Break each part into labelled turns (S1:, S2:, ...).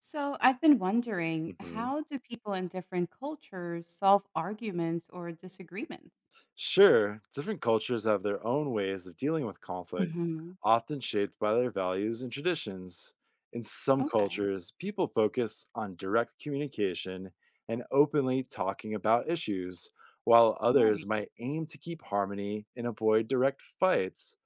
S1: So I've been wondering,
S2: hmm
S1: how do people in different cultures solve arguments or disagreements?
S2: Sure, different cultures have their own ways of dealing with conflict,
S1: Hmm.
S2: often shaped by their values and traditions. In some
S1: Okay,
S2: cultures, people focus on direct communication and openly talking about issues, while
S1: right.
S2: others might aim to keep harmony and avoid direct fights.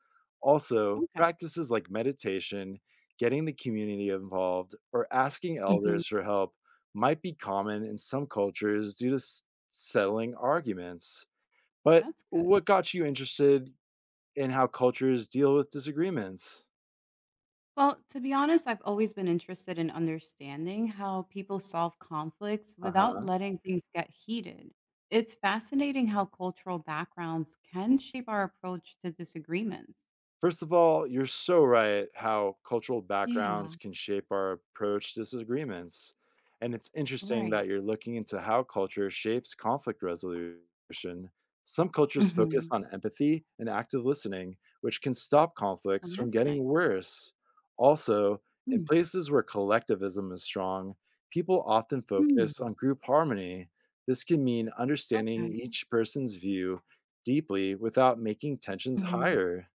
S2: Also,
S1: Okay.
S2: practices like meditation, getting the community involved, or asking
S1: Hmm.
S2: elders for help might be common in some cultures due to settling arguments. But
S1: That's good.
S2: what got you interested in how cultures deal with disagreements?
S1: Well, to be honest, I've always been interested in understanding how people solve conflicts without
S2: Uh-huh.
S1: letting things get heated. It's fascinating how cultural backgrounds can shape our approach to disagreements.
S2: First of all, you're so right how cultural backgrounds
S1: Yeah,
S2: can shape our approach to disagreements. And it's interesting
S1: right.
S2: that you're looking into how culture shapes conflict resolution. Some cultures focus
S1: Hmm.
S2: on empathy and active listening, which can stop
S1: Well,
S2: conflicts from
S1: that's nice.
S2: getting worse. Also, in
S1: Mm.
S2: places where collectivism is strong, people often
S1: Mm.
S2: focus on group harmony. This can mean understanding each person's view deeply without making tensions
S1: Okay.
S2: higher.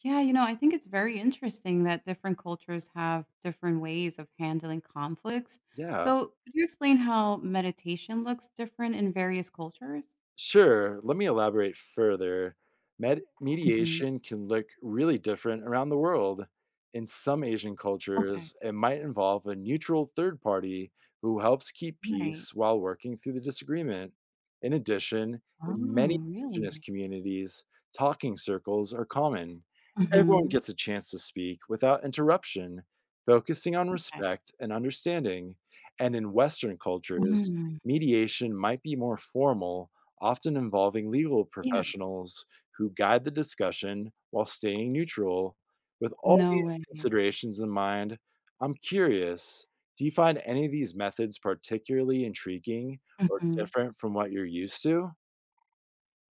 S1: Yeah, I think it's very interesting that different cultures have different ways of handling conflicts.
S2: Yeah.
S1: So, could you explain how meditation looks different in various cultures?
S2: Sure. Let me elaborate further.
S1: Hmm.
S2: Mediation can look really different around the world. In some Asian
S1: Okay,
S2: cultures, it might involve a neutral third party who helps keep
S1: right.
S2: peace while working through the disagreement. In addition, in
S1: Oh,
S2: many indigenous
S1: really?
S2: communities, talking circles are common. Everyone
S1: Hmm.
S2: gets a chance to speak without interruption, focusing on
S1: Okay.
S2: respect and understanding. And in Western cultures,
S1: Mm,
S2: mediation might be more formal, often involving legal
S1: yeah.
S2: professionals who guide the discussion while staying neutral. With all
S1: No
S2: these
S1: way.
S2: considerations in mind, I'm curious, do you find any of these methods particularly intriguing or
S1: Hmm.
S2: different from what you're used to?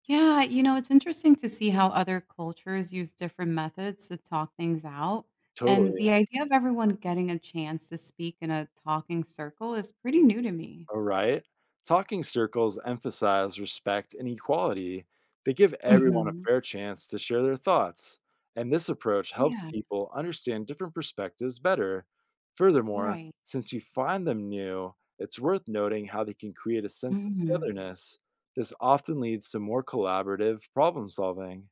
S1: Yeah, it's interesting to see how other cultures use different methods to talk things out. And
S2: Totally.
S1: the idea of everyone getting a chance to speak in a talking circle is pretty new to me.
S2: All right. Talking circles emphasize respect and equality. They give everyone a
S1: Mhm.
S2: fair chance to share their thoughts, and this approach helps
S1: Yeah,
S2: people understand different perspectives better. Furthermore,
S1: right.
S2: since you find them new, it's worth noting how they can create a sense of
S1: Mhm.
S2: togetherness. This often leads to more collaborative problem solving.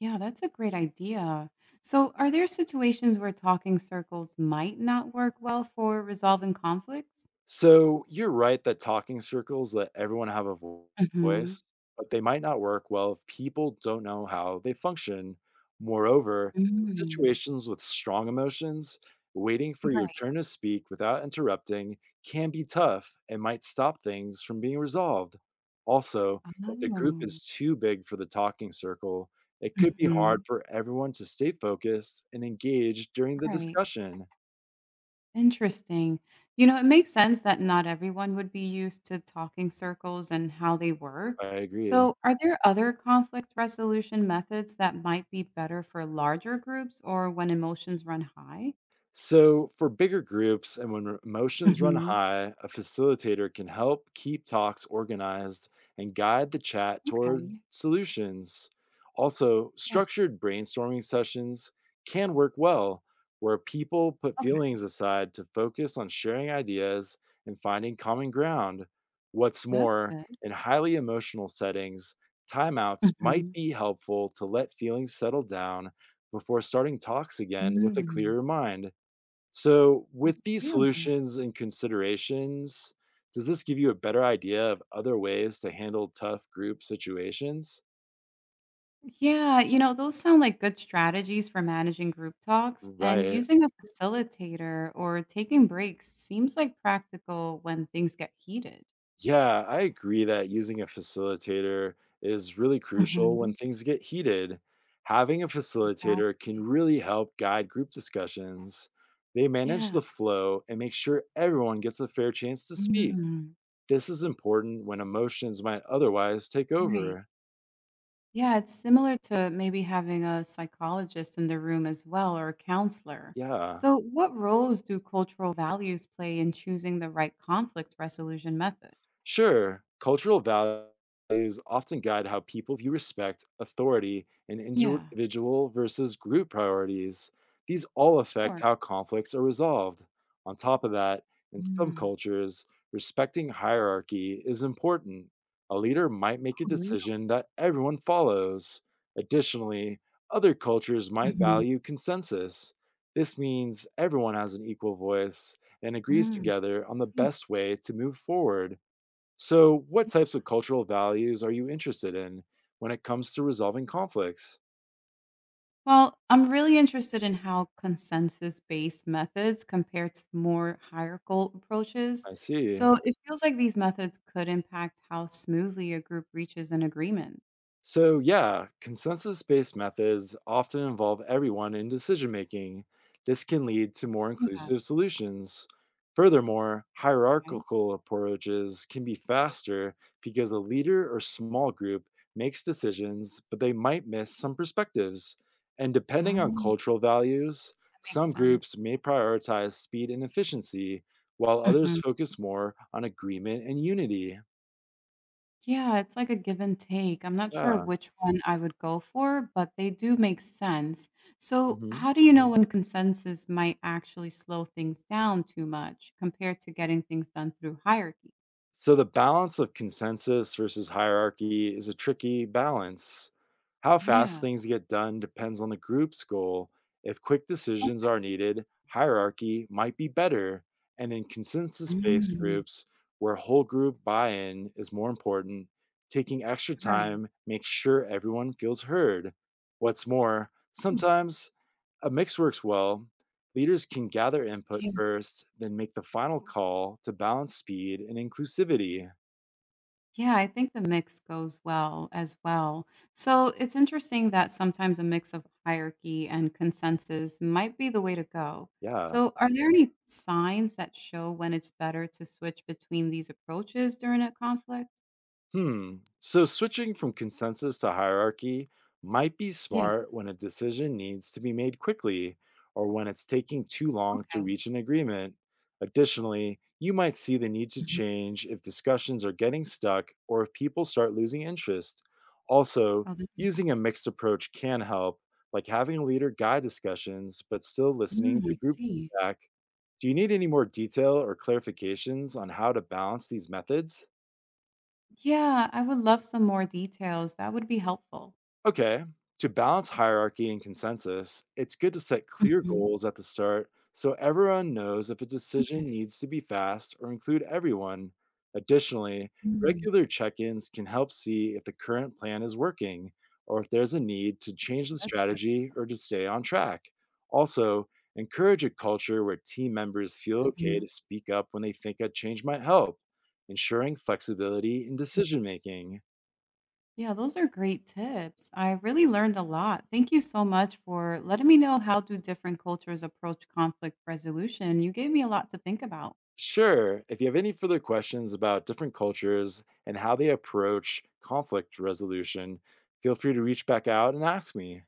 S1: Yeah, that's a great idea. So, are there situations where talking circles might not work well for resolving conflicts?
S2: So you're right that talking circles let everyone have a
S1: Mhm.
S2: voice, but they might not work well if people don't know how they function. Moreover, in
S1: Mm.
S2: situations with strong emotions, waiting for your
S1: Right.
S2: turn to speak without interrupting can be tough and might stop things from being resolved. Also, if the group
S1: Oh.
S2: is too big for the talking circle, it could be hard
S1: Mhm.
S2: for everyone to stay focused and engaged during the
S1: Right.
S2: discussion.
S1: Interesting. It makes sense that not everyone would be used to talking circles and how they work.
S2: I agree.
S1: So, are there other conflict resolution methods that might be better for larger groups or when emotions run high?
S2: So, for bigger groups and when emotions run
S1: Mhm.
S2: high, a facilitator can help keep talks organized and guide the chat toward
S1: Okay.
S2: solutions. Also,
S1: Yeah.
S2: structured brainstorming sessions can work well, where people put
S1: Okay.
S2: feelings aside to focus on sharing ideas and finding common ground. What's
S1: That's
S2: more,
S1: good.
S2: in highly emotional settings, timeouts might
S1: Mhm.
S2: be helpful to let feelings settle down before starting talks again with a
S1: Mm.
S2: clearer mind. So,
S1: Oh,
S2: with these
S1: really?
S2: solutions and considerations, does this give you a better idea of other ways to handle tough group situations?
S1: Yeah, those sound like good strategies for managing group talks, and
S2: Right.
S1: using a facilitator or taking breaks seems like practical when things get heated.
S2: Yeah, I agree that using a facilitator is really crucial when
S1: Mhm.
S2: things get heated. Having a facilitator can
S1: Exactly.
S2: really help guide group discussions. They manage
S1: Yeah.
S2: the flow and make sure everyone gets a fair chance to speak.
S1: Mm.
S2: This is important when emotions might otherwise take
S1: Right.
S2: over.
S1: Yeah, it's similar to maybe having a psychologist in the room as well or a counselor.
S2: Yeah.
S1: So, what roles do cultural values play in choosing the right conflict resolution method?
S2: Sure, cultural values often guide how people view respect, authority, and
S1: Yeah,
S2: individual versus group priorities. These all affect
S1: sure.
S2: how conflicts are resolved. On top of that, in some
S1: Mm.
S2: cultures, respecting hierarchy is important. A leader might make a
S1: Oh, really?
S2: decision that everyone follows. Additionally, other cultures might
S1: Mhm.
S2: value consensus. This means everyone has an equal voice and agrees
S1: Mm,
S2: together
S1: I
S2: on the
S1: see.
S2: best way to move forward. So, what
S1: Yeah.
S2: types of cultural values are you interested in when it comes to resolving conflicts?
S1: Well, I'm really interested in how consensus based methods compare to more hierarchical approaches.
S2: I see.
S1: So, it feels like these methods could impact how smoothly a group reaches an agreement.
S2: So, yeah, consensus based methods often involve everyone in decision making. This can lead to more
S1: Yeah.
S2: inclusive solutions. Furthermore, hierarchical approaches can be faster because a leader or small group makes decisions, but they might miss some perspectives. And depending on
S1: Right.
S2: cultural values,
S1: Makes
S2: some
S1: sense.
S2: groups may prioritize speed and efficiency, while others
S1: Mhm.
S2: focus more on agreement and unity.
S1: Yeah, it's like a give and take. I'm not sure
S2: Yeah.
S1: which one I would go for, but they do make sense. So,
S2: mhm.
S1: how do you know, mhm, when consensus might actually slow things down too much compared to getting things done through hierarchy?
S2: So the balance of consensus versus hierarchy is a tricky balance. How fast
S1: Yeah.
S2: things get done depends on the group's goal. If quick
S1: Oh,
S2: decisions are needed, hierarchy might be better. And in consensus based
S1: mm,
S2: groups, where whole group buy in is more important, taking extra
S1: right.
S2: time makes sure everyone feels heard. What's more, sometimes a mix works well. Leaders can gather input first, then make the final call to balance speed and inclusivity.
S1: Yeah, I think the mix goes well as well. So it's interesting that sometimes a mix of hierarchy and consensus might be the way to go.
S2: Yeah.
S1: So, are there any signs that show when it's better to switch between these approaches during a conflict?
S2: Hmm. So switching from consensus to hierarchy might be
S1: Yeah.
S2: smart when a decision needs to be made quickly or when it's taking too long to
S1: Okay.
S2: reach an agreement. Additionally, you might see the need to
S1: Mhm.
S2: change if discussions are getting stuck or if people start losing interest. Also,
S1: Oh,
S2: using a mixed approach can help, like having a leader guide discussions but still listening
S1: mm, I
S2: to group
S1: see.
S2: feedback. Do you need any more detail or clarifications on how to balance these methods?
S1: Yeah, I would love some more details. That would be helpful.
S2: Okay. To balance hierarchy and consensus, it's good to set clear
S1: Mhm.
S2: goals at the start so everyone knows if a decision
S1: Okay.
S2: needs to be fast or include everyone. Additionally,
S1: Mm.
S2: regular check ins can help see if the current plan is working or if there's a need to change
S1: Oh,
S2: the
S1: that's good.
S2: strategy or to stay on track. Also, encourage a culture where team members feel okay to speak up when they think a change might help, ensuring flexibility in decision making.
S1: Yeah, those are great tips. I really learned a lot. Thank you so much for letting me know how do different cultures approach conflict resolution. You gave me a lot to think about.
S2: Sure. If you have any further questions about different cultures and how they approach conflict resolution, feel free to reach back out and ask me.